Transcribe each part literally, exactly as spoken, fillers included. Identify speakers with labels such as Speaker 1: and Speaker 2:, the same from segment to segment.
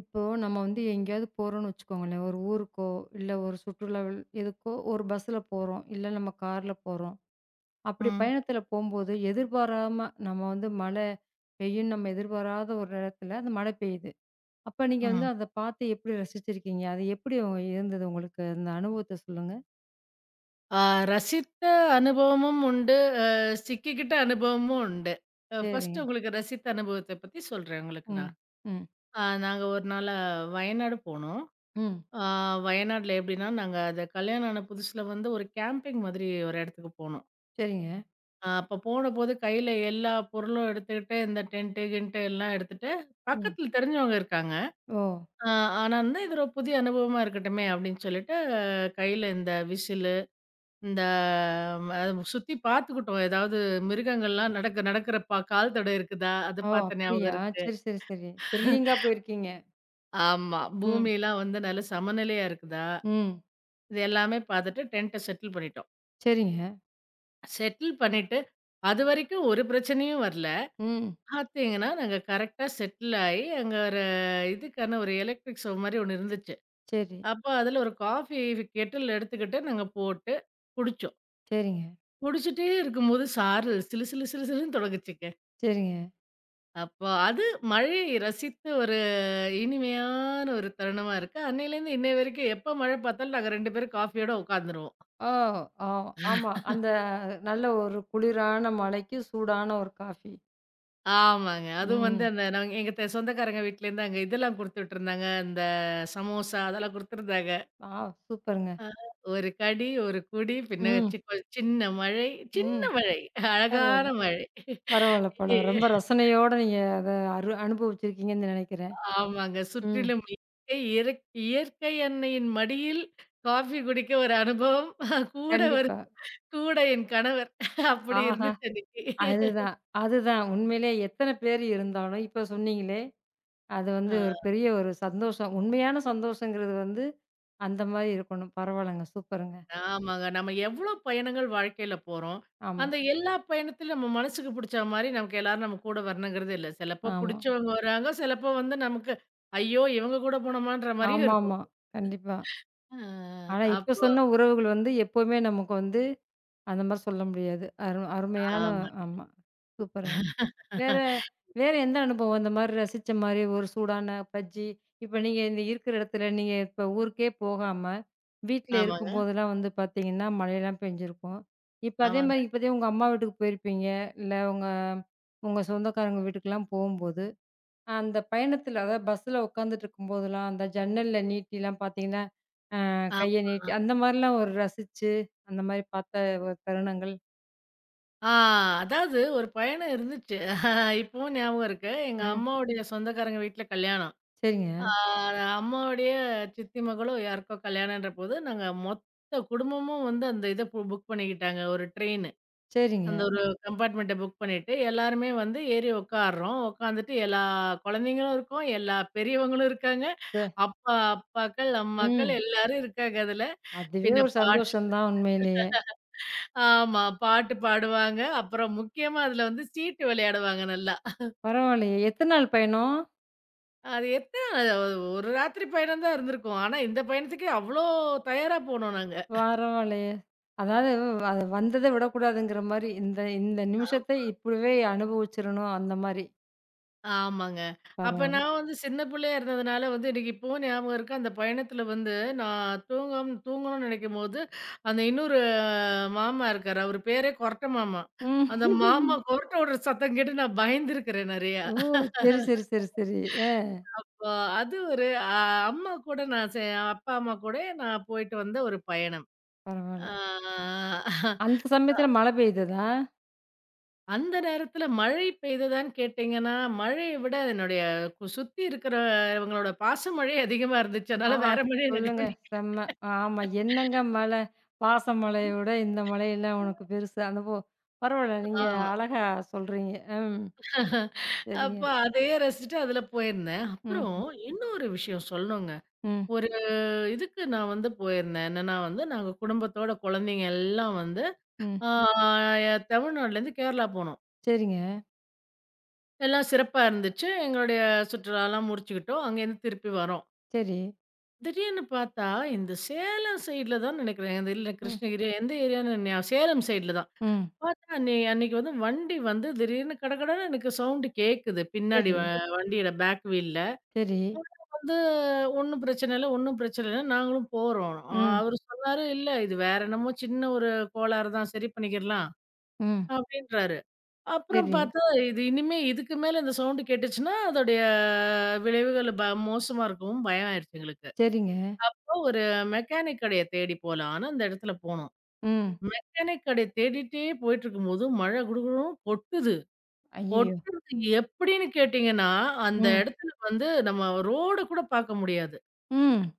Speaker 1: இப்போ நம்ம வந்து எங்கேயாவது போறோம்னு வச்சுக்கோங்களேன். ஒரு ஊருக்கோ, இல்ல ஒரு சுற்றுலா வெள்- எதுக்கோ ஒரு பஸ்ல போறோம். இல்ல நம்ம கார்ல போறோம். அப்படி
Speaker 2: ம்.
Speaker 1: பயணத்துல போம்போது எதிர்பாராம நம்ம வந்து மழை பெய்யும்னு நம்ம எதிர்பாராத ஒரு இடத்துல அந்த மழை பெய்யுது. அப்ப நீங்க வந்து
Speaker 2: ம்.
Speaker 1: அத பார்த்து எப்படி ரசிச்சிருக்கீங்க? அது எப்படி உங்க- இருந்தது உங்களுக்கு? அந்த அனுபவத்த சொல்லுங்க.
Speaker 2: ஆ ரசித்த அனுபவமும் உண்டு. அ சிக்கிக்கிட்ட அனுபவமும் உண்டு. அ
Speaker 1: சரிங்க.
Speaker 2: ஃபர்ஸ்ட்டு உங்களுக்கு ரசித்த அனுபவத்த பத்தி சொல்றேன் உங்களுக்கு
Speaker 1: ம்.
Speaker 2: நான்.
Speaker 1: ம்.
Speaker 2: அ நாங்க ஒரு நாளு வயநாடு போனோம்.
Speaker 1: ம்.
Speaker 2: ஆ வயநாடுல எப்படின்னா, நாங்க அந்த கல்யாணம் ஆன புதுசுல வந்து ஒரு கேம்பிங் மாதிரி ஒரு இடத்துக்கு போனோம்.
Speaker 1: சரிங்க.
Speaker 2: அ அப்ப போனபோது கையில எல்லா பொருளும் எடுத்துக்கிட்டு, இந்த டென்ட்டு, கின்ட்டு எல்லாம் எடுத்துட்டு,
Speaker 1: ம்.
Speaker 2: பக்கத்துல தெரிஞ்சவங்க இருக்காங்க.
Speaker 1: ஓ!
Speaker 2: அ ஆனா வந்து இது ஒரு புதிய அனுபவமா இருக்கட்டுமே அப்படின்னு சொல்லிட்டு, அஹ், கையில இந்த விசில் இந்த ம சுத்தி பார்த்துக்கிட்டோம். ஏதாவது மிருகங்கள்லாம் நடக்க நடக்கிற பா கால் தடம் இருக்குதா? அது
Speaker 1: ஓ!
Speaker 2: பார்த்த ஞாபகம்
Speaker 1: அப்படியா?
Speaker 2: இருக்கு.
Speaker 1: சரி, சரி, சரி. த்ரில்லிங்கா போயிருக்கீங்க.
Speaker 2: ஆமா.
Speaker 1: ம்.
Speaker 2: பூமிலாம் வந்து நல்ல சமநிலையா இருக்குதா?
Speaker 1: ம்.
Speaker 2: இது எல்லாமே பார்த்துட்டு டென்ட்ட செட்டில் பண்ணிட்டோம்.
Speaker 1: சரிங்க.
Speaker 2: செட்டில் பண்ணிட்டு, அதுவரைக்கும் ஒரு பிரச்சனையும் வரல.
Speaker 1: ம்.
Speaker 2: பார்த்தீங்கன்னா, நாங்க கரெக்ட்டா செட்டில் ஆயி, அங்க ஒரு இதுக்கான ஒரு எலக்ட்ரிக் ஸ்டவ் மாரி ஒண்ணு இருந்துச்சு.
Speaker 1: சரி.
Speaker 2: அப்போ அதில ஒரு காஃபி கெட்டில் எடுத்துக்கிட்டு நாங்க போட்டு குடிச்சோம்.
Speaker 1: சரிங்க.
Speaker 2: குடிச்சிட்டே இருக்கும்போது சாரல் சிலு சிலு சிலு சிலுன்னு தொடங்குச்சுங்க.
Speaker 1: சரிங்க.
Speaker 2: அப்போ அது மழையை ரசித்து ஒரு இனிமையான ஒரு தருணமா இருக்கு. அன்னையிலேருந்து இன்னைய வரைக்கும் எப்ப மழை பார்த்தாலும் நாங்க ரெண்டு பேரும் காஃபியோட உட்காந்துருவோம்.
Speaker 1: ஓ! ஆ ஆமா. அந்த நல்ல ஒரு குளிரான மழைக்கு சூடான ஒரு காஃபி.
Speaker 2: ஆமாங்க. அதுவும் வந்து
Speaker 1: ம்.
Speaker 2: அந்த நாங்க எங்க தெ சொந்தக்காரங்க வீட்லேருந்து அங்க இதெல்லாம் குடுத்துட்டுருந்தாங்க. இந்த சமோசா அதெல்லாம் குடுத்துருந்தாங்க.
Speaker 1: ஆ சூப்பருங்க.
Speaker 2: ஒரு கடி, ஒரு குடி, பின்ன
Speaker 1: ம்,
Speaker 2: சி கொ சின்ன மழை, சின்ன
Speaker 1: ம்.
Speaker 2: மழை, அழகான
Speaker 1: பரவால்ல,
Speaker 2: மழை.
Speaker 1: பரவால்ல படம். ரொம்ப ரசனையோட நீங்க அத அரு அனுபவிச்சிருக்கீங்கன்னு நெனைக்கிறேன்.
Speaker 2: ஆமாங்க.
Speaker 1: ம்.
Speaker 2: சுற்றிலும் இயற்கை, இயற் இயற்கை அன்னையின் மடியில் காஃபி குடிக்க ஒரு அனுபவம். கூட ஒரு
Speaker 1: கண்டிப்பா.
Speaker 2: கூட என் கணவர். அப்படி
Speaker 1: ஆஹா!
Speaker 2: இருந்துச்சு அன்னைக்கு.
Speaker 1: அதுதான், அதுதான். உண்மையிலே எத்தன பேர் இருந்தாலும், இப்ப சொன்னீங்களே, அது
Speaker 2: ஆ
Speaker 1: வந்து ஒரு பெரிய ஒரு சந்தோஷம். உண்மையான சந்தோஷங்கிறது வந்து அந்த மாரி இருக்கணும். பரவால்லங்க, சூப்பருங்க.
Speaker 2: ஆமாங்க. நம்ம எவ்ளோ பயணங்கள் வாழ்க்கையில போறோம்.
Speaker 1: ஆமா,
Speaker 2: அந்த எல்லா பயணத்திலும் நம்ம மனசுக்கு புடிச்சா மாரி நமக்கு எல்லாரும் நம்ம கூட வரணுங்கிறது இல்ல. சிலப்போ
Speaker 1: ஆமா.
Speaker 2: புடிச்சவங்க வராங்க, சிலப்போ வந்து நமக்கு, ஐயோ! இவங்க கூட போனோமான்ற மாரியும் இருக்கும்.
Speaker 1: ஆமாமா. கண்டிப்பா.
Speaker 2: ஆ
Speaker 1: ஆனா, இப்ப
Speaker 2: அப்போ
Speaker 1: சொன்ன உறவுகள் வந்து எப்பவுமே நமக்கு வந்து அந்த மாரி சொல்ல முடியாது. அரு அருமையான
Speaker 2: ஆமா.
Speaker 1: ஆமா. சூப்பருங்க. வேற வேற எந்த அனுபவம் இந்த மாரி ரசிச்ச மாரி ஒரு சூடான பஜ்ஜி, இப்ப நீங்க இந்த இருக்கிற இடத்துல நீங்க இப்ப ஊருக்கே போகாம, வீட்ல
Speaker 2: ஆமாங்க,
Speaker 1: இருக்கும்போதெல்லாம் வந்து பார்த்தீங்கன்னா, மழையெல்லாம் பெஞ்சிருக்கும். இப்ப அதே
Speaker 2: ஆமாங்க.
Speaker 1: மாரி இப்பதே உங்க அம்மா வீட்டுக்கு போயிருப்பீங்க, இல்ல உங்க உங்க சொந்தக்காரங்க வீட்டுக்கெல்லாம் போகும்போது, அந்த பயணத்துல அதாவது பஸ்ல உட்காந்துட்டு இருக்கும்போதெல்லாம், அந்த ஜன்னல்ல நீட்டிலாம் பார்த்தீங்கன்னா
Speaker 2: ஆ.
Speaker 1: கைய நீட்டி அந்த மாரிலாம் ஒரு ரசிச்சு, அந்த மாரி பார்த்த ஒரு தருணங்கள்.
Speaker 2: ஆ அதாவது ஒரு பயணம் இருந்துச்சு. இப்பவும் ஞாபகம் இருக்கு. எங்க
Speaker 1: ம்.
Speaker 2: அம்மாவுடைய சொந்தக்காரங்க வீட்ல கல்யாணம்.
Speaker 1: சரிங்க,
Speaker 2: ஆ அம்மாவுடைய சித்தி மகளோ யாருக்கோ கல்யாணம்ன்ற போது, நாங்க மொத்த குடும்பமும் வந்து அந்த இத பு புக் பண்ணிக்கிட்டாங்க. ஒரு ட்ரெயின்.
Speaker 1: சரிங்க.
Speaker 2: அந்த ஒரு கம்பார்ட்மெண்ட்ட புக் பண்ணிட்டு, எல்லாருமே வந்து ஏறி உட்கார்றோம். உட்காந்துட்டு எல்லா குழந்தைங்களும் இருக்கோம். எல்லா பெரியவங்களும் இருக்காங்க.
Speaker 1: ச
Speaker 2: அப்பா, அப்பாக்கள், அம்மாக்கள்
Speaker 1: ம்.
Speaker 2: எல்லாரும் இருக்காங்க அதுல.
Speaker 1: அதுவே
Speaker 2: பின்ன
Speaker 1: ஒரு
Speaker 2: பாட்
Speaker 1: சந்தோஷம் தான் உண்மையிலேயே.
Speaker 2: ஆமா. பாட்டு பாடுவாங்க. அப்புறம் முக்கியமா அதுல வந்து சீட்டு விளையாடுவாங்க நல்லா.
Speaker 1: பரவாயில்லையே! எத்தன நாள் பயணம்?
Speaker 2: அது எத்தன ஒரு ஒரு ராத்திரி பயணம் தான் இருந்திருக்கும். ஆனா, இந்த பயணத்துக்கே அவ்ளோ தயாரா போனோம் நாங்க.
Speaker 1: பரவாயில்லையே! அதாவது அது வந்தத விடக்கூடாதுங்கிற மாரி, இந்த இந்த
Speaker 2: ஆம்.
Speaker 1: நிமிஷத்த இப்படிவே அனுபவிச்சிரணும் அந்த மாரி.
Speaker 2: ஆமாங்க. அப்ப
Speaker 1: பரவால்ல.
Speaker 2: நான் வந்து சின்ன பிள்ளையா இருந்ததுனால வந்து எனக்கு இப்பவும் ஞாபகம் இருக்கு. அந்த பயணத்துல வந்து நான் தூங்கம் தூங்கணும்னு நினைக்கும்போது, அந்த இன்னொரு அஹ், மாமா இருக்காரு. அவரு பேரே கொரட்ட மாமா. அந்த மாமா
Speaker 1: ம்.
Speaker 2: கொரட்ட விடுற சத்தம் கேட்டு நான் பயந்துருக்கிறேன் நெறையா.
Speaker 1: ஓ! சரி, சரி, சரி, சரி. ஆ
Speaker 2: அ அது ஒரு அ அம்மா கூட நான் சே அப்பா, அம்மா கூட நான் போயிட்டு வந்த ஒரு பயணம்.
Speaker 1: பரவால்ல.
Speaker 2: ஆ.
Speaker 1: அந்த சமயத்துல மழை பெய்ததா?
Speaker 2: அந்த நேரத்துல மழை பெய்ததான்னு கேட்டீங்கன்னா, மழைய விட என்னுடைய கு சுத்தி இருக்கிறவங்களோட பாச மழை அதிகமா இருந்துச்சு. அதனால
Speaker 1: ஆஹா!
Speaker 2: வேற மழைய நான்
Speaker 1: சொல்லுங்க.
Speaker 2: கவனிக்கல.
Speaker 1: செம்ம. ஆமா. என்னங்க மலை? பாச மலைய விட இந்த மலையெல்லாம் உனக்கு பெருசு. அந்த போ பரவால்ல. நீங்க
Speaker 2: ஆ
Speaker 1: அழகா சொல்றீங்க. ம்.
Speaker 2: அப்ப
Speaker 1: சரிங்க.
Speaker 2: அதையே ரசிச்சுட்டு அதுல போயிருந்தேன். அப்புறம்
Speaker 1: ம்ஹ்ம்.
Speaker 2: இன்னொரு விஷயம் சொல்லணுங்க.
Speaker 1: ம்.
Speaker 2: ஒரு இதுக்கு நான் வந்து போயிருந்தேன். என்னன்னா வந்து, நாங்க குடும்பத்தோட குழந்தைங்க எல்லாம் வந்து
Speaker 1: ம். ம்.
Speaker 2: ஆ தமிழ்நாடுலேருந்து கேரளா போனோம்.
Speaker 1: சரிங்க.
Speaker 2: எல்லாம் சிறப்பா இருந்துச்சு. எங்களுடைய சுற்றுலாலாம் முடிச்சுக்கிட்டோம். அங்கேருந்து திருப்பி வரோம்.
Speaker 1: சரி.
Speaker 2: திடீர்னு பார்த்தா, இந்த சேலம் சைட்ல தான் நினைக்கிறேன். அது இல்ல
Speaker 1: ம்.
Speaker 2: கிருஷ்ணகிரி எந்த ஏரியான்னு ஞா சேலம் சைட்ல தான்.
Speaker 1: ம்.
Speaker 2: பார்த்தா அன்னை அன்னைக்கு வந்து வண்டி வந்து திடீர்னு கடகடன்னு எனக்கு சவுண்ட் கேட்குது. பின்னாடி
Speaker 1: சரி.
Speaker 2: வ வண்டியோட பேக் வீல்ல.
Speaker 1: சரி.
Speaker 2: வந்து ஒண்ணும் பிரச்சனை இல்ல, ஒண்ணும் பிரச்சனை இல்ல. நாங்களும் போறோம். அ
Speaker 1: ம்.
Speaker 2: அவரு சொன்னாரு, "இல்ல இது வேற என்னமோ சின்ன ஒரு கோளாறு தான். சரி பண்ணிக்கிறலாம்."
Speaker 1: ம்.
Speaker 2: அப்படின்றாரு. அப்புறம்
Speaker 1: சரி.
Speaker 2: பார்த்தா, இது இனிமே இதுக்கு மேல இந்த சவுண்ட் கேட்டுச்சுன்னா, அதோடைய விளைவுகள் ப மோசமா இருக்கும். பயம் ஆயிடுச்சு எங்களுக்கு.
Speaker 1: சரிங்க.
Speaker 2: ஒரு மெக்கானிக் கடைய தேடி போலாம். ஆனா, அந்த இடத்துல போனோம்.
Speaker 1: ம்.
Speaker 2: மெக்கானிக் கடைய தேடிட்டே போயிட்டுருக்கும்போது, மழை குடுகுடுன்னு கொட்டுது.
Speaker 1: ஐயய்யோ!
Speaker 2: கொட்டுறது எப்படின்னு கேட்டீங்கன்னா, அந்த
Speaker 1: ம்.
Speaker 2: இடத்துல வந்து நம்ம ரோட கூட பாக்க முடியாது.
Speaker 1: ம்.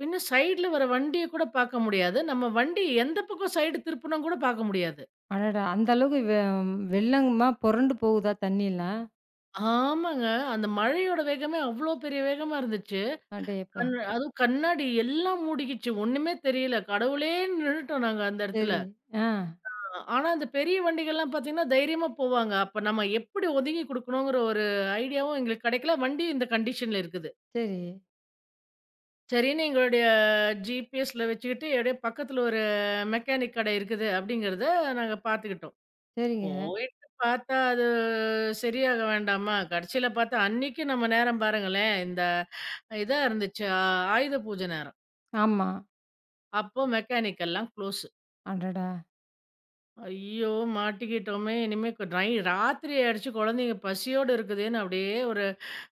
Speaker 2: பின்ன சைடுல வர வண்டிய கூட பாக்க முடியாது. நம்ம வண்டி எந்த பக்கம் சைடு திருப்புனோம் கூட பாக்க முடியாது.
Speaker 1: அடடா! அந்த அளவுக்கு வெ வெள்ளமா புரண்டு போகுதா தண்ணிலாம்?
Speaker 2: ஆமாங்க. அந்த மழையோட வேகமே அவ்ளோ பெரிய வேகமா இருந்துச்சு.
Speaker 1: அடேயப்பா!
Speaker 2: கண் அதுவும் கண்ணாடி எல்லாம் மூடிக்கிச்சு. ஒண்ணுமே தெரியல. கடவுளேன்னு நின்னுட்டோம் நாங்க அந்த இடத்துல.
Speaker 1: சரி. ஆ.
Speaker 2: அ ஆனா, அந்த பெரிய வண்டிகள்லாம் பார்த்தீங்கன்னா, தைரியமா போவாங்க. அப்ப நம்ம எப்படி ஒதுங்கி குடுக்கணுங்கிற ஒரு ஐடியாவும் எங்களுக்கு கிடைக்கல. வண்டியும் இந்த கண்டிஷன்ல இருக்குது.
Speaker 1: சரி.
Speaker 2: சரின்னு எங்களுடைய ஜிபிஎஸ்ல வச்சுக்கிட்டு, எப்டியோ பக்கத்துல ஒரு மெக்கானிக் கடை இருக்குது அப்படிங்கிறத நாங்க பார்த்துக்கிட்டோம்.
Speaker 1: சரிங்க.
Speaker 2: போயிட்டு பார்த்தா, அது சரியாக வேண்டாமா? கடைசில பார்த்தா, அன்னைக்கு நம்ம நேரம் பாருங்களேன், இந்த இதா இருந்துச்சு ஆ, ஆயுத பூஜை நேரம்.
Speaker 1: ஆமா.
Speaker 2: அப்போ மெக்கானிக் எல்லாம் க்ளோஸ்.
Speaker 1: அடடா!
Speaker 2: ஐயோ! மாட்டிக்கிட்டோமே! இனிமே கு நை ராத்திரி ஆயிடுச்சு குழந்தைங்க பசியோட இருக்குதேன்னு அப்படியே ஒரு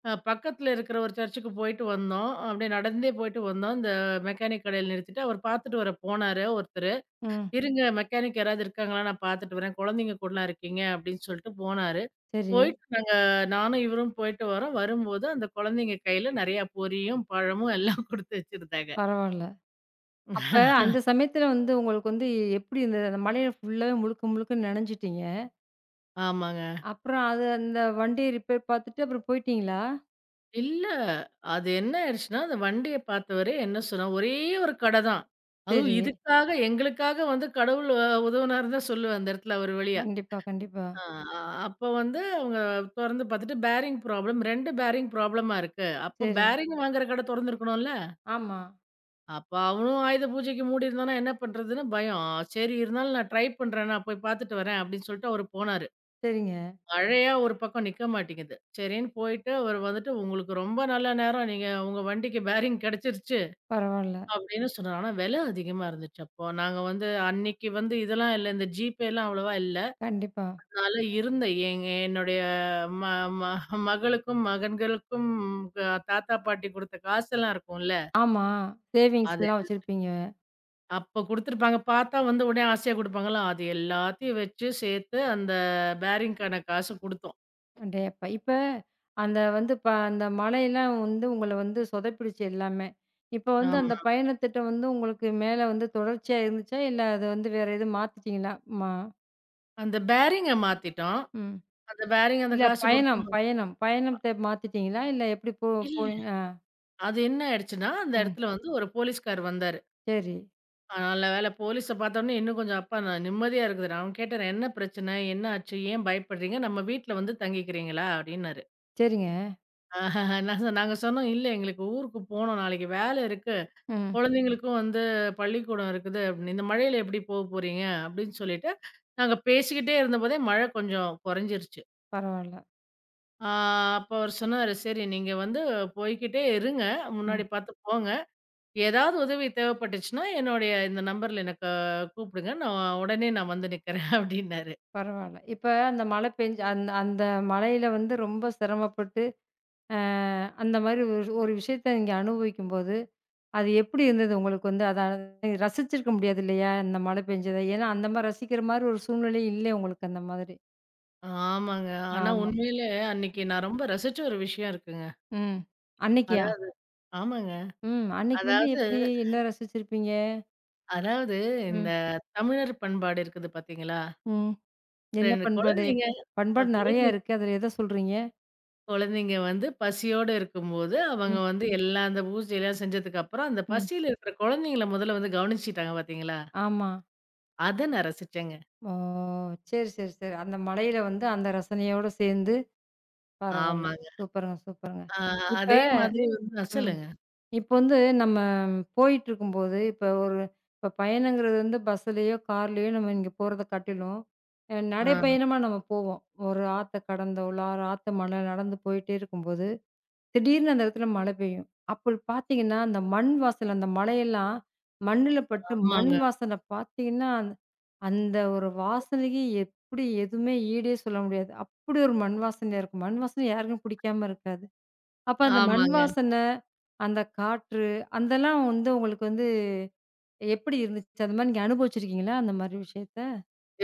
Speaker 2: அ பக்கத்துல இருக்கிற ஒரு சர்ச்சுக்கு போயிட்டு வந்தோம். அப்படியே நடந்தே போயிட்டு வந்தோம். இந்த மெக்கானிக் கடையில நிறுத்திட்டு அவர் பார்த்துட்டு வர போனாரு ஒருத்தரு.
Speaker 1: ம்.
Speaker 2: "இருங்க மெக்கானிக் யாராவது இருக்காங்களா? நான் பார்த்துட்டு வரேன். குழந்தைங்க கூடலாம் இருக்கீங்க." அப்படின்னு சொல்லிட்டு போனாரு.
Speaker 1: சரி,
Speaker 2: போயிட்டு நாங்க நானும் இவரும் போயிட்டு வரோம். வரும்போது அந்த குழந்தைங்க கையில நெறையா பொரியும், பழமும் எல்லாம் குடுத்து வச்சிருந்தாங்க.
Speaker 1: பரவால்ல. அப்ப அந்த சமயத்துல வந்து உங்களுக்கு வந்து எப்படி இருந்தது? அந்த மழையில ஃபுல்லாவே முழுக்க முழுக்க நனஞ்சுட்டீங்க.
Speaker 2: ஆமாங்க.
Speaker 1: அப்புறம் அது அந்த வண்டிய ரிப்பேர் பார்த்துட்டு அப்புறம் போயிட்டீங்களா?
Speaker 2: இல்ல. அது என்ன ஆயிடுச்சுன்னா, அந்த வண்டிய பார்த்தவரே என்ன சொன்னார், ஒரே ஒரு கட தான். அதுவும்
Speaker 1: சரி.
Speaker 2: இதுக்காக எங்களுக்காக வந்து கடவுள் அ உதவுனாருன்னு தான் சொல்லுவேன் அந்த இடத்துல அவர் வழியா.
Speaker 1: கண்டிப்பா, கண்டிப்பா.
Speaker 2: ஆ அப்ப வந்து அவங்க தொறந்து பார்த்துட்டு பேரிங் ப்ராப்ளம் ரெண்டு பேரிங் ப்ராப்ளமா இருக்கு. அப்ப
Speaker 1: சரி.
Speaker 2: பேரிங் வாங்குற கடை தொறந்திருக்கணும்ல.
Speaker 1: ஆமா.
Speaker 2: அப்ப அவனும் ஆயுத பூஜைக்கு மூடியிருந்தான்னா என்ன பண்றதுன்னு பயம். சரி இருந்தாலும் நான் ட்ரை பண்றேன். நான் போய் பார்த்துட்டு வரேன் அப்படின்னு சொல்லிட்டு அவரு போனாரு.
Speaker 1: சரிங்க.
Speaker 2: மழையா ஒரு பக்கம் நிக்க மாட்டேங்குது. சரின்னு போயிட்டு அவரு வந்துட்டு, "உங்களுக்கு ரொம்ப நல்ல நேரம். நீங்க உங்க வண்டிக்கு பேரிங் கிடைச்சிருச்சு."
Speaker 1: பரவால்ல.
Speaker 2: அப்படின்னு சொன்னாரு. ஆனா விலை அதிகமா இருந்துச்சு அப்போ. நாங்க வந்து அன்னைக்கு வந்து இதெல்லாம் இல்ல. இந்த ஜிபேலாம் அவ்வளவா இல்ல.
Speaker 1: கண்டிப்பா.
Speaker 2: அதனால இருந்த எங்க என்னுடைய ம ம மகளுக்கும், மகன்களுக்கும் அ தாத்தா, பாட்டி குடுத்த காசெல்லாம் இருக்கும்ல,
Speaker 1: ஆமா.
Speaker 2: அது.
Speaker 1: சேவிங்ஸ்லாம் வச்சிருப்பீங்க.
Speaker 2: அப்போ குடுத்துருப்பாங்க. பார்த்தா வந்து உடனே ஆசையா குடுப்பாங்கல்ல, அது எல்லாத்தையும் வச்சு சேர்த்து அந்த பேரிங்க்கான காசு குடுத்தோம்.
Speaker 1: டேப்பா இப்ப அந்த வந்து ப அந்த மழையெல்லாம் வந்து உங்கள வந்து சொதப்பிடுச்சு எல்லாமே. இப்ப வந்து
Speaker 2: ஆமா.
Speaker 1: அந்த பயணத்திட்டம் வந்து உங்களுக்கு மேல வந்து தொடர்ச்சியா இருந்துச்சா? இல்ல அத வந்து வேற எதுவும் மாத்திட்டீங்களா? மா
Speaker 2: அந்த பேரிங்க மாத்திட்டோம்.
Speaker 1: ம்.
Speaker 2: அந்த பேரிங் அந்த
Speaker 1: இல்ல
Speaker 2: காசு குடுத்து
Speaker 1: பயணம், பயணம். பயணத்த மாத்திட்டீங்களா? இல்ல எப்படி போ
Speaker 2: இல்ல.
Speaker 1: போனீங்க? ஆ.
Speaker 2: அது என்ன ஆயிடுச்சுன்னா, அந்த
Speaker 1: ம்.
Speaker 2: இடத்துல வந்து ஒரு போலீஸ்கார் வந்தாரு.
Speaker 1: சரி.
Speaker 2: அ நல்ல வேளை போலீஸ பார்த்தோனே இன்னும் கொஞ்சம் அப்பா நான் நிம்மதியா இருக்குதுடா. அவன் கேட்டாரு, "என்ன பிரச்சனை? என்ன ஆச்சு? ஏன் பயப்படுறீங்க? நம்ம வீட்ல வந்து தங்கிக்கிறீங்களா?" அப்படின்னாரு.
Speaker 1: சரிங்க.
Speaker 2: ஆஹ் நான் சொ நாங்க சொன்னோம், "இல்ல எங்களுக்கு ஊருக்கு போணும். நாளைக்கு வேலை இருக்கு.
Speaker 1: ம்.
Speaker 2: குழந்தைங்களுக்கும் வந்து பள்ளிக்கூடம் இருக்குது அப்படின்னு. இந்த மழையில எப்படி போ போறீங்க?" அப்படின்னு சொல்லிட்டு, நாங்க பேசிக்கிட்டே இருந்தபோதே மழை கொஞ்சம் குறைஞ்சிருச்சு.
Speaker 1: பரவால்ல.
Speaker 2: ஆ அப்ப அவரு சொன்னாரு, "சரி நீங்க வந்து போய்க்கிட்டே இருங்க. முன்னாடி
Speaker 1: ம்.
Speaker 2: பார்த்து போங்க." ஏதாவது உதவி தேவைப்பட்டுச்சுன்னா, என்னுடைய இந்த நம்பர்ல எனக்கு கூப்பிடுங்க. நான் உடனே நான் வந்து நிக்கிறேன் அப்டின்னாரு.
Speaker 1: பரவால்ல. இப்ப அந்த மழை பெஞ்சு அந்த அந்த மழையில வந்து ரொம்ப சிரமப்பட்டு, அ அந்த மாரி ஒரு ஒரு விஷயத்த நீங்க அனுபவிக்கும்போது, அது எப்படி இருந்தது உங்களுக்கு வந்து? அத ரசிச்சிருக்க முடியாது இல்லையா? இந்த மழை பெஞ்சத. ஏன்னா, அந்த மாரி ரசிக்கிற மாரி ஒரு சூழ்நிலை இல்ல உங்களுக்கு அந்த மாதிரி.
Speaker 2: ஆமாங்க. ஆனா
Speaker 1: ஆமா.
Speaker 2: உண்மையிலே அன்னைக்கு நான் ரொம்ப ரசிச்ச ஒரு விஷயம் இருக்குங்க.
Speaker 1: ம். அன்னைக்கியா?
Speaker 2: அதா ஆமாங்க.
Speaker 1: ம். அன்னைக்கு வந்து
Speaker 2: அதாவது
Speaker 1: எப்படி என்ன ரசிச்சிருப்பீங்க?
Speaker 2: அதாவது இந்த
Speaker 1: ம்.
Speaker 2: தமிழர் பண்பாடு இருக்குது பார்த்தீங்களா?
Speaker 1: ம். என்ன
Speaker 2: ரெண்டு
Speaker 1: பண்பாடு?
Speaker 2: குழந்தைங்க அ
Speaker 1: பண்பாடு நெறையா
Speaker 2: குழந்தைங்க
Speaker 1: இருக்கு. அதுல எத சொல்றீங்க?
Speaker 2: குழந்தைங்க வந்து பசியோட இருக்கும்போது, அவங்க
Speaker 1: ம்,
Speaker 2: வந்து எல்லாம் அந்த பூஜைலாம் செஞ்சதுக்கு அப்புறம், அந்த
Speaker 1: ம்.
Speaker 2: பசியில இருக்கிற குழந்தைங்கள முதல்ல வந்து கவனிச்சுட்டாங்க பார்த்தீங்களா?
Speaker 1: ஆமா.
Speaker 2: அத நான் ரசிச்சேங்க.
Speaker 1: ஓ! சரி, சரி, சரி. அந்த மலையில வந்து அந்த ரசனையோட சேர்ந்து பரவால்ல.
Speaker 2: ஆமாங்க.
Speaker 1: சூப்பருங்க, சூப்பருங்க.
Speaker 2: ஆ
Speaker 1: இப்ப
Speaker 2: அதே மாதிரி வந்து அ
Speaker 1: ம்.
Speaker 2: சொல்லுங்க.
Speaker 1: இப்ப வந்து நம்ம போயிட்டுருக்கும்போது, இப்ப ஒரு இப்ப பயணங்கிறது வந்து பஸ்ஸுலயோ, கார்லயோ நம்ம இங்க போறத காட்டிலும், அ
Speaker 2: ஆ.
Speaker 1: நடைப்பயணமா நம்ம போவோம். ஒரு ஆத்த கடந்தோ, இல்ல ஆறு ஆத்து மலை நடந்து போயிட்டே இருக்கும்போது திடீர்னு அந்த இடத்துல மழை பெய்யும். அப்படி பார்த்தீங்கன்னா, அந்த மண் வாசனை அந்த மழையெல்லாம் மண்ணுல பட்டு மண்
Speaker 2: ஆமாங்க,
Speaker 1: வாசனை பார்த்தீங்கன்னா, அந்த அந்த ஒரு வாசனைக்கு எப்படி எதுவுமே ஈடே சொல்ல முடியாது. அப்படி ஒரு மண் வாசனையா இருக்கும். மண் வாசனை யாருக்கும் பிடிக்காம இருக்காது. அப்ப அந்த மண்
Speaker 2: ஆமாங்க.
Speaker 1: வாசனை, அந்த காற்று அதெல்லாம் வந்து உங்களுக்கு வந்து எப்படி இருந்துச்சு? அந்த மாரி நீங்க அனுபவிச்சிருக்கீங்களா? அந்த மாரி விஷயத்த?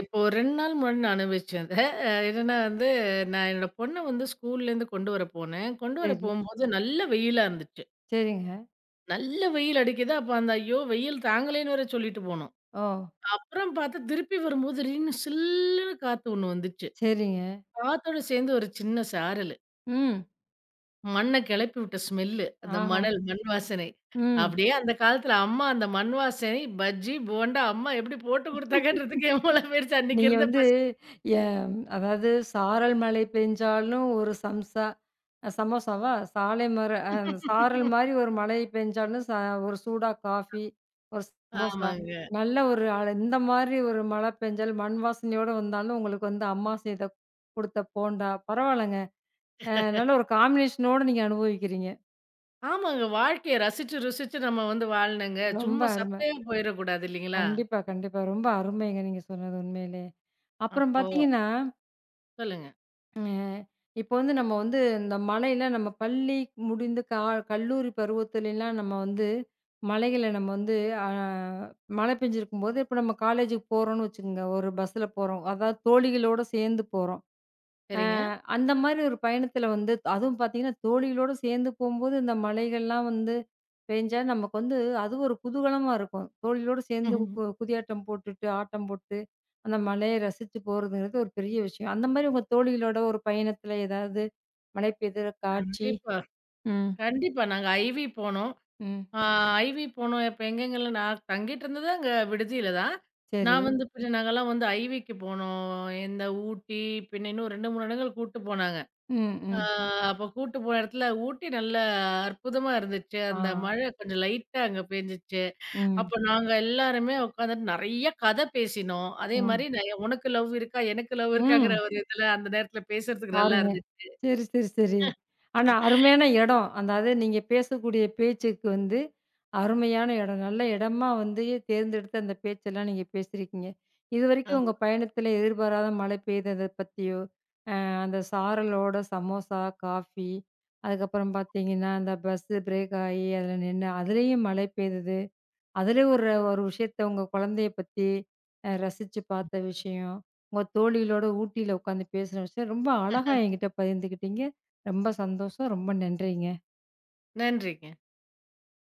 Speaker 2: இப்போ ஒரு ரெண்டு நாள் முன்னாடி நான் அனுபவிச்சேன் அத. அ என்னன்னா வந்து, நான் என்னோட பொண்ண வந்து ஸ்கூல்லேருந்து கொண்டு வர போனேன். கொண்டு வர
Speaker 1: சரி.
Speaker 2: போம்போது நல்ல வெயிலா இருந்துச்சு.
Speaker 1: சரிங்க.
Speaker 2: நல்ல வெயில் அடிக்குது. அப்ப அந்த ஐயோ! வெயில் தாங்கலேன்னு வேற சொல்லிட்டு போனோம்.
Speaker 1: ஓ!
Speaker 2: அப்புறம் பார்த்தா திருப்பி வரும்போது திடீர்னு சில்லுன்னு காத்து ஒண்ணு வந்துச்சு.
Speaker 1: சரிங்க.
Speaker 2: காத்தோட சேர்ந்து ஒரு சின்ன சாரலு.
Speaker 1: ம்.
Speaker 2: மண்ண கெளப்பி விட்ட ஸ்மெல்லு. அந்த
Speaker 1: ஆஹா.
Speaker 2: மணல், மண் வாசனை.
Speaker 1: ம்.
Speaker 2: அப்படியே அந்த காலத்துல அம்மா அந்த மண் வாசனை, பஜ்ஜி, போண்டா அம்மா எப்படி போட்டு குடுத்தாங்கன்றதுக்கு என் மூளை போயிருச்சு அன்னைக்கு
Speaker 1: நீங்க
Speaker 2: இருந்த
Speaker 1: வந்து
Speaker 2: பசி.
Speaker 1: எம் அதாவது சாரல் மழை பெஞ்சாலும் ஒரு சம்சா அ சமோசாவா? சாலை மர அ சாரல் மாரி ஒரு மழை பெஞ்சாலும் ச ஒரு சூடா காஃபி, ஒரு சமோசா,
Speaker 2: ஆமாங்க.
Speaker 1: நல்ல ஒரு அழ இந்த மாரி ஒரு மழை பெஞ்சாலும் மண் வாசனையோட வந்தாலும் உங்களுக்கு வந்து அம்மா செய்த குடுத்த போண்டா, பரவால்லங்க. அ நல்ல ஒரு காம்பினேஷனோட நீங்க அனுபவிக்கிறீங்க.
Speaker 2: ஆமாங்க. வாழ்க்கைய ரசிச்சு, ருசிச்சு நம்ம வந்து வாழணுங்க.
Speaker 1: ரொம்ப
Speaker 2: சும்மா
Speaker 1: அருமை.
Speaker 2: சப்பையா போயிறக்கூடாது இல்லைங்களா?
Speaker 1: கண்டிப்பா, கண்டிப்பா. ரொம்ப அருமைங்க நீங்க சொன்னது உண்மையிலே. அப்புறம்
Speaker 2: அப்போ
Speaker 1: பார்த்தீங்கன்னா
Speaker 2: சொல்லுங்க.
Speaker 1: அ இப்போ வந்து நம்ம வந்து இந்த மலையில நம்ம பள்ளி முடிந்து கா கல்லூரி பருவத்துலலாம் நம்ம வந்து மலைகள நம்ம வந்து அ மழை பெஞ்சிருக்கும்போது, இப்போ நம்ம காலேஜுக்கு போறோம்னு வச்சுக்கோங்க. ஒரு பஸ்ஸில போறோம். அதாவது தோழிகளோட சேர்ந்து போறோம். அ
Speaker 2: சரிங்க.
Speaker 1: அந்த மாரி ஒரு பயணத்தில வந்து அதுவும் பார்த்தீங்கன்னா, தோழிகளோடு சேர்ந்து போம்போது இந்த மலைகள்லாம் வந்து பேஞ்சா நமக்கு வந்து அது ஒரு குதூகலமா இருக்கும். தோழிகளோடு சேர்ந்து
Speaker 2: ம்.
Speaker 1: கு குதியாட்டம் போட்டுட்டு, ஆட்டம் போட்டு, அந்த மலைய ரசிச்சு போறதுங்கிறது ஒரு பெரிய விஷயம். அந்த மாரி உங்க தோழிகளோட ஒரு பயணத்தில ஏதாவது மழை பெய்தற காட்சி?
Speaker 2: கண்டிப்பா.
Speaker 1: ம்.
Speaker 2: கண்டிப்பா. நாங்க ஐவி போனோம்.
Speaker 1: ம்.
Speaker 2: ஆ ஐவி போனோம். இப்ப எங்கெங்கலாம் நான் தங்கிட்டு இருந்தது அங்க விடுதியில தான்.
Speaker 1: சரி.
Speaker 2: நான் வந்து பின்ன நாங்கலாம் வந்து ஐவிக்கு போனோம். இந்த ஊட்டி, பின்ன இன்னும் ரெண்டு, மூணு இடங்கள் கூட்டு போனாங்க.
Speaker 1: ம்,
Speaker 2: ஆ
Speaker 1: ம்.
Speaker 2: அப்ப கூட்டு போன இடத்துல ஊட்டி நல்ல அற்புதமா இருந்துச்சு.
Speaker 1: ஆ.
Speaker 2: அந்த மழை கொஞ்சம் லைட்டா அங்க பேஞ்சுச்சு.
Speaker 1: ம்,
Speaker 2: அப்ப நாங்க எல்லாருமே உட்காந்துட்டு நெறைய கதை பேசினோம். அதே
Speaker 1: ம்,
Speaker 2: மாரி ந உனக்கு லவ் இருக்கா? எனக்கு லவ் இருக்காங்கிற
Speaker 1: ம்.
Speaker 2: ஒரு இதுல அந்த நேரத்துல பேசுறதுக்கு நல்லா
Speaker 1: பாருங்க.
Speaker 2: இருந்துச்சு.
Speaker 1: சரி, சரி, சரி. ஆனா அருமையான இடம். அதாவது நீங்க பேசக்கூடிய பேச்சுக்கு வந்து அருமையான இடம். நல்ல இடமா வந்து தேர்ந்தெடுத்து அந்த பேச்செல்லாம் நீங்க பேசியிருக்கீங்க. இதுவரைக்கும்
Speaker 2: ஆமா.
Speaker 1: உங்க பயணத்தில எதிர்பாராத மழை பெய்தத பத்தியோ, அ அந்த சாரலோட சமோசா, காஃபி, அதுக்கப்புறம் பார்த்தீங்கன்னா, அந்த பஸ்ஸு பிரேக் ஆகி அதில நின்னு அதுலயும் மழை பெய்தது. அதிலே ஒரு ஒரு விஷயத்த உங்க குழந்தைய பத்தி அ ரசிச்சு பார்த்த விஷயம், உங்க தோழிகளோட ஊட்டியில உட்காந்து பேசின விஷயம், ரொம்ப அழகா என்கிட்ட பகிர்ந்துக்கிட்டீங்க. ரொம்ப சந்தோஷம். ரொம்ப நன்றிங்க.
Speaker 2: நன்றிங்க.